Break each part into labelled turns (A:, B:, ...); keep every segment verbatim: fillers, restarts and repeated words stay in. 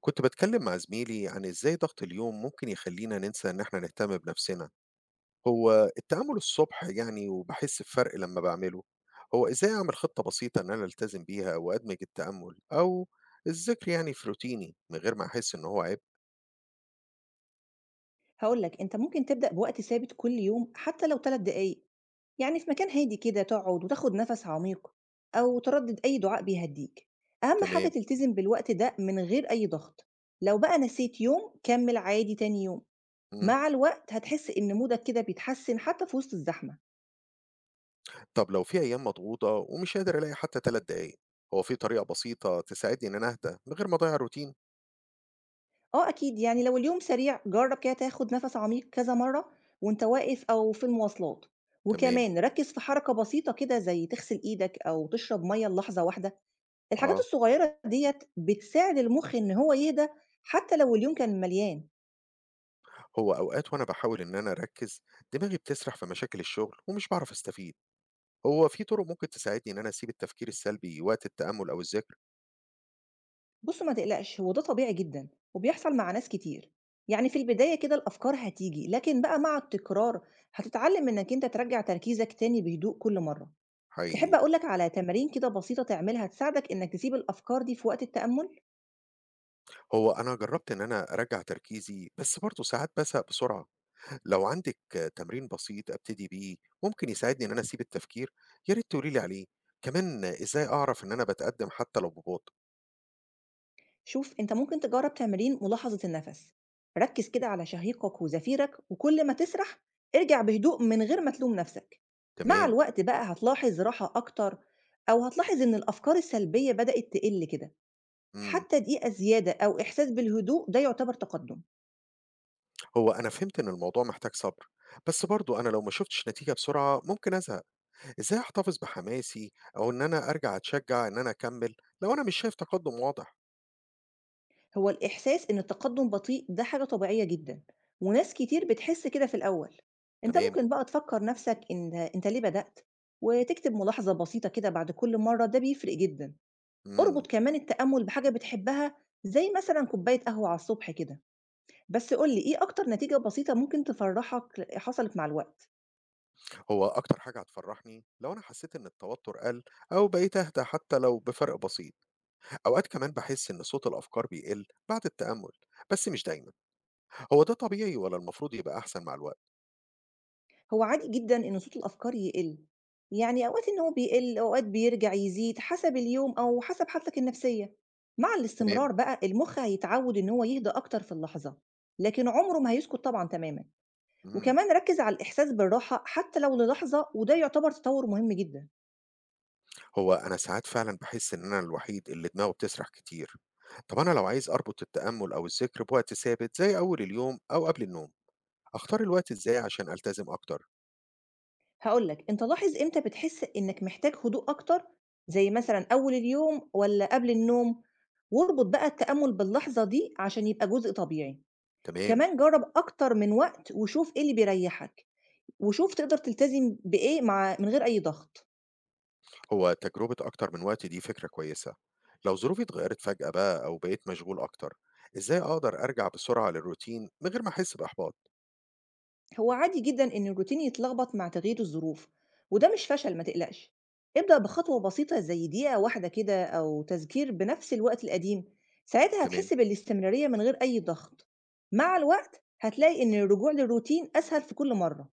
A: كنت بتكلم مع زميلي عن ازاي ضغط اليوم ممكن يخلينا ننسى ان احنا نهتم بنفسنا. هو التأمل الصبح، يعني وبحس بفرق لما بعمله. هو ازاي اعمل خطة بسيطة ان انا التزم بيها وادمج التأمل او الذكر، يعني في روتيني من غير ما احس ان هو عيب؟
B: هاقول لك، أنت ممكن تبدأ بوقت ثابت كل يوم حتى لو ثلاث دقايق، يعني في مكان هادي كده تقعد وتاخد نَفَس عميق أو تردد أي دعاء بيهدّيك، أهم حاجة
A: تمام.
B: تلتزم بالوقت ده من غير أي ضغط، لو بقى نسيت يوم كمّل عادي تاني يوم،
A: مم.
B: مع الوقت هتحس إن مودك كده بيتحسن حتى في وسط الزحمة،
A: طب لو في ايام مضغوطة ومش قادر الاقي حتى ثلاث دقايق، هو في طريقة بسيطة تساعدني ان انا اهدى من غير ما اضيع الروتين؟
B: آه أكيد يعني لو اليوم سريع جرّب كده تاخد نَفَس عميق كذا مرّة وأنت واقف أو في المواصلات،
A: تمام.
B: وكمان ركّز في حركة بسيطة كده زي تغسل إيدك أو تشرب مَيّة للحظة واحدة. الحاجات
A: اه.
B: الصغيرة ديّة بتساعد المُخ إن هو يهدى حتى لو اليوم كان مليان.
A: هو اوقات وانا بحاول ان انا اركز دماغي بتسرح في مشاكل الشغل ومش بعرف استفيد. هو في طرق ممكن تساعدني إن أنا أسيب التفكير السلبي وقت التأمل أو الذكر؟
B: بُص ما تقلقش، هو ده طبيعي جدًا وبيحصل مع ناس كتير. يعني في البداية كده الأفكار هتيجي، لكن بقى مع التكرار هتتعلّم إنّك أنت ترجّع تركيزك تاني بهدوء كل مرّة. تحب
A: حقيقي.
B: أقول لك على تمارين كده بسيطة تعملها تساعدك إنّك تسيب الأفكار دي في وقت التأمُّل؟
A: هو أنا جربت إن أنا أرجع تركيزي، بس برضه ساعات بسق بسرعة. لو عندك تمرين بسيط أبتدي بيه ممكن يساعدني إن أنا أسيب التفكير، يا ريت تقولي لي عليه. كمان إزاي أعرف إن أنا بتقدم حتى لو ببطء؟
B: شوف أنت ممكن تجرب تمرين ملاحظة النفس، ركز كده على شهيقك وزفيرك وكل ما تسرح ارجع بهدوء من غير ما تلوم نفسك. مع
A: تمام.
B: الوقت بقى هتلاحظ راحة أكتر، أو هتلاحظ إن الأفكار السلبية بدأت تقل كده.
A: مم.
B: حتى دقيقة زيادة أو إحساس بالهدوء ده يعتبر تقدم.
A: هو أنا فهمت إن الموضوع محتاج صبر، بس برضه أنا لو ما شفتش نتيجة بسرعة ممكن أزهق. إزاي أحتفظ بحماسي أو إن أنا أرجع أتشجع إن أنا أكمل لو أنا مش شايف تقدم واضح؟
B: هو الإحساس إن التقدم بطيء ده حاجة طبيعية جدا، وناس كتير بتحس كده في الأول. أنت
A: تمام.
B: ممكن بقى تفكر نفسك إن أنت ليه بدأت، وتكتب ملاحظة بسيطة كده بعد كل مرة، ده بيفرق جدا.
A: مم.
B: اربط كمان التأمل بحاجة بتحبها، زي مثلا كوباية قهوة على الصبح كده. بس قولي ايه اكتر نتيجة بسيطة ممكن تفرحك حصلت مع الوقت.
A: هو أكتر حاجة هتفرحني لو أنا حسيت إن التوتر قل، أو بقيت أهدى حتى لو بفرق بسيط، أوقات كمان بحس إن صوت الأفكار بيقل بعد التأمل، بس مش دايما، هو ده طبيعي ولا المفروض يبقى أحسن مع الوقت؟
B: هو عادي جدا ان صوت الافكار يقل، يعني اوقات ان هو بيقل، اوقات بيرجع يزيد حسب اليوم او حسب حالتك النفسية. مع
A: تمام؟
B: الاستمرار بقى المخ هيتعود ان هو يهدى اكتر في اللحظة. لكن عمره ما هيسكت طبعا تماما.
A: مم.
B: وكمان ركز على الاحساس بالراحة حتى لو للحظة، وده يعتبر تطور مهم جدا.
A: هو أنا ساعات فعلا بحس إن أنا الوحيد اللي دماغه بتسرح كتير، طب أنا لو عايز أربط التأمل أو الذكر بوقت ثابت زي أول اليوم أو قبل النوم، أختار الوقت إزاي عشان ألتزم أكتر؟
B: هاقول لك، أنت لاحظ إمتى بتحس إنك محتاج هدوء أكتر، زي مثلًا أول اليوم والّا قبل النوم، واربط بقى التأمل باللحظة دي عشان يبقى جزء طبيعي،
A: تمام؟
B: كمان جرّب أكتر من وقت وشوف إيه اللي بيريحك، وشوف تقدر تلتزم بإيه مع من غير أي ضغط.
A: هو تجربة أكتر من وقت دي فكرة كويسة. لو ظروفي اتغيرت فجأة بقى أو بقيت مشغول أكتر، إزاي أقدر أرجع بسرعة للروتين من غير ما أحس بإحباط؟
B: هو عادي جدًا إن الروتين يتلخبط مع تغيير الظروف، وده مش فشل ما تقلقش. ابدأ بخطوة بسيطة زي دقيقة واحدة كده أو تذكير بنفس الوقت القديم، ساعتها
A: تمام.
B: هتحس بالاستمرارية من غير أي ضغط. مع الوقت هتلاقي إن الرجوع للروتين أسهل في كل مرة.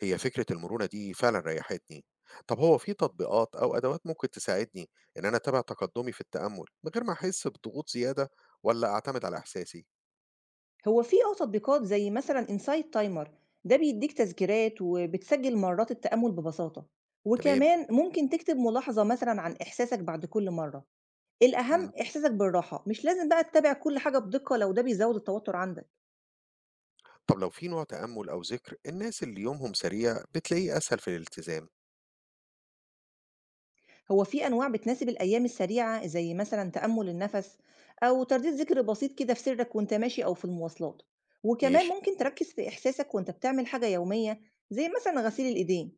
A: هي فكرة المرونة دي فعلا ريحتني. طب هو في تطبيقات أو أدوات ممكن تساعدني إن أنا أتابع تقدمي في التأمل من غير ما أحس بضغوط زيادة، ولا أعتمد على إحساسي؟
B: هو في أه تطبيقات زي مثلًا Insight Timer، ده بيديك تذكيرات وبتسجل مرات التأمل ببساطة،
A: تمام.
B: وكمان ممكن تكتب ملاحظة مثلًا عن إحساسك بعد كل مرة. الأهم
A: مم.
B: إحساسك بالراحة، مش لازم بقى تتابع كل حاجة بدقة لو ده بيزوّد التوتر عندك.
A: طب لو في نوع تأمل أو ذكر الناس اللي يومهم سريع بتلاقيه أسهل في الالتزام؟
B: هو في أنواع بتناسب الأيام السريعة زي مثلًا تأمُّل النَفَس أو ترديد ذِكر بسيط كده في سرّك وأنت ماشي أو في المواصلات، وكمان
A: ماشي.
B: ممكن تركّز في إحساسك وأنت بتعمل حاجة يومية زي مثلًا غسيل الإيدين،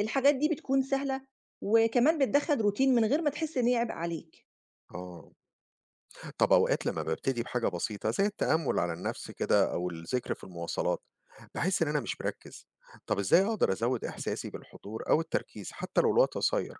B: الحاجات دي بتكون سهلة وكمان بتدخّل روتين من غير ما تحس إن هي عبء عليك.
A: آه. طب أوقات لمّا بابتدي بحاجة بسيطة زي التأمل على النفس كده أو الذكر في المواصلات، باحس إن أنا مش مركز، طب إزاي أقدر أزود إحساسي بالحضور أو التركيز حتى لو الوقت قصير؟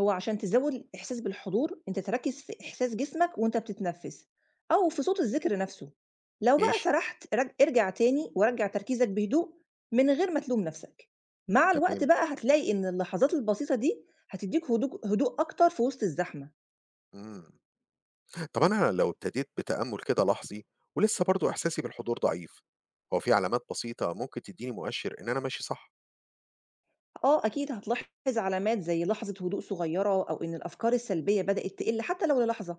B: هو عشان تزوّد الإحساس بالحضور، أنت تركّز في إحساس جسمك وأنت بتتنفّس أو في صوت الذِكر نَفْسه. لو بقى
A: ماشي،
B: سَرحت رج ارجع تاني ورجّع تركيزك بهدوء من غير ما تلوم نَفْسك. مع الوقت
A: تمام،
B: بقى هتلاقي إن اللحظات البسيطة دي هتدّيك هدوء هدوء أكتر في وسط الزحمة.
A: إمم، طب أنا لو ابتديت بتأمل كده لحظي ولسه برضه إحساسي بالحضور ضعيف، هو في علامات بسيطة ممكن تديني مؤشر إن أنا ماشي صح؟
B: آه أكيد هتلاحظ علامات زي لحظة هدوء صغيرة، أو إن الأفكار السلبية بدأت تقل حتى لو للحظة،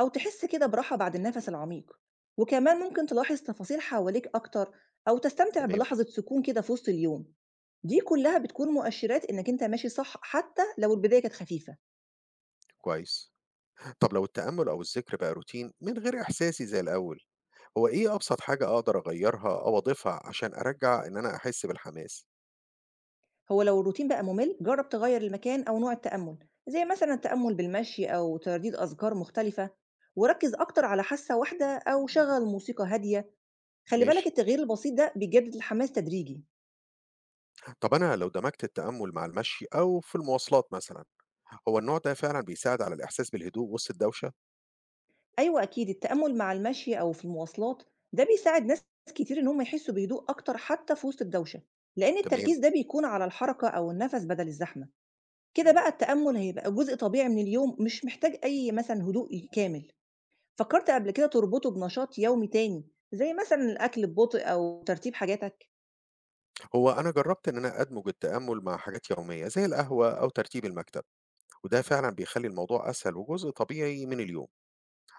B: أو تحس كده براحة بعد النفس العميق. وكمان ممكن تلاحظ تفاصيل حواليك أكتر، أو تستمتع
A: تمام،
B: بلحظة سكون كده في وسط اليوم. دي كلها بتكون مؤشرات إنك أنت ماشي صح حتى لو البداية كانت خفيفة.
A: كويس، طب لو التأمل أو الذكر بقى روتين من غير إحساسي زي الأول، هو إيه أبسط حاجة أقدر أغيرها أو أضيفها عشان أرجّع إن أنا أحس بالحماس؟
B: هو لو الروتين بقى ممل جرب تغير المكان أو نوع التأمل، زي مثلا التأمل بالمشي أو ترديد أذكار مختلفة، وركز أكتر على حاسة واحدة أو شغل موسيقى هادية. خلّي بالك
A: ماشي.
B: التغيير البسيط ده بيجدد الحماس تدريجي.
A: طب أنا لو دمجت التأمل مع المشي أو في المواصلات مثلا، هو النوع ده فعلا بيساعد على الإحساس بالهدوء وسط الدوشة؟
B: أيوه أكيد، التأمل مع المشي أو في المواصلات، ده بيساعد ناس كتير إن هم يحسّوا بهدوء أكتر حتى في وسط الدوشة، لإن
A: تمام.
B: التركيز ده بيكون على الحركة أو النَفَس بدل الزحمة. كده بقى التأمل هيبقى جزء طبيعي من اليوم، مش محتاج أي مثلًا هدوء ي كامل. فكّرت قبل كده تربطه بنشاط يومي تاني، زي مثلًا الأكل ببطء أو ترتيب حاجاتك؟
A: هو أنا جربت إن أنا أدمج التأمل مع حاجات يومية زي القهوة أو ترتيب المكتب، وده فعلا بيخلي الموضوع أسهل وجزء طبيعي من اليوم.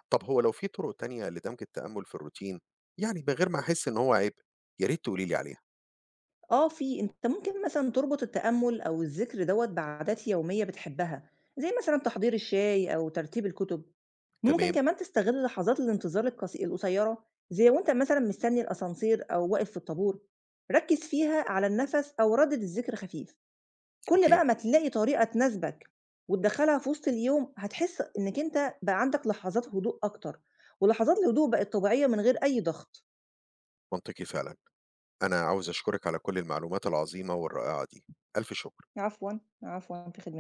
A: طب هو لو في طرق تانية لدمج التأمل في الروتين، يعني من غير ما أحس إن هو عيب، يا ريت تقولي لي عليها.
B: آه في، أنت ممكن مثلًا تربط التأمُّل أو الذِكر دوّة بعادات يومية بتحبها، زي مثلًا تحضير الشاي أو ترتيب الكُتب، ممكن
A: تمام.
B: كمان تستغل لحظات الانتظار القصي القصيّرة زي وأنت مثلًا مستني الأسانسير أو واقف في الطابور، ركّز فيها على النَفَس أو ردِّد الذِكر خفيف، كل
A: أوكي.
B: بقى ما تلاقي طريقة تناسبك وتدخّلها في وسط اليوم، هتحس إنّك أنت بقى عندك لحظات هدوء أكتر، ولحظات الهدوء بقت طبيعية من غير أي ضغط.
A: منطقي فعلا. أنا عاوز أشكرك على كل المعلومات العظيمة والرائعة دي. ألف شكر.
B: عفوًا، عفوًا في خد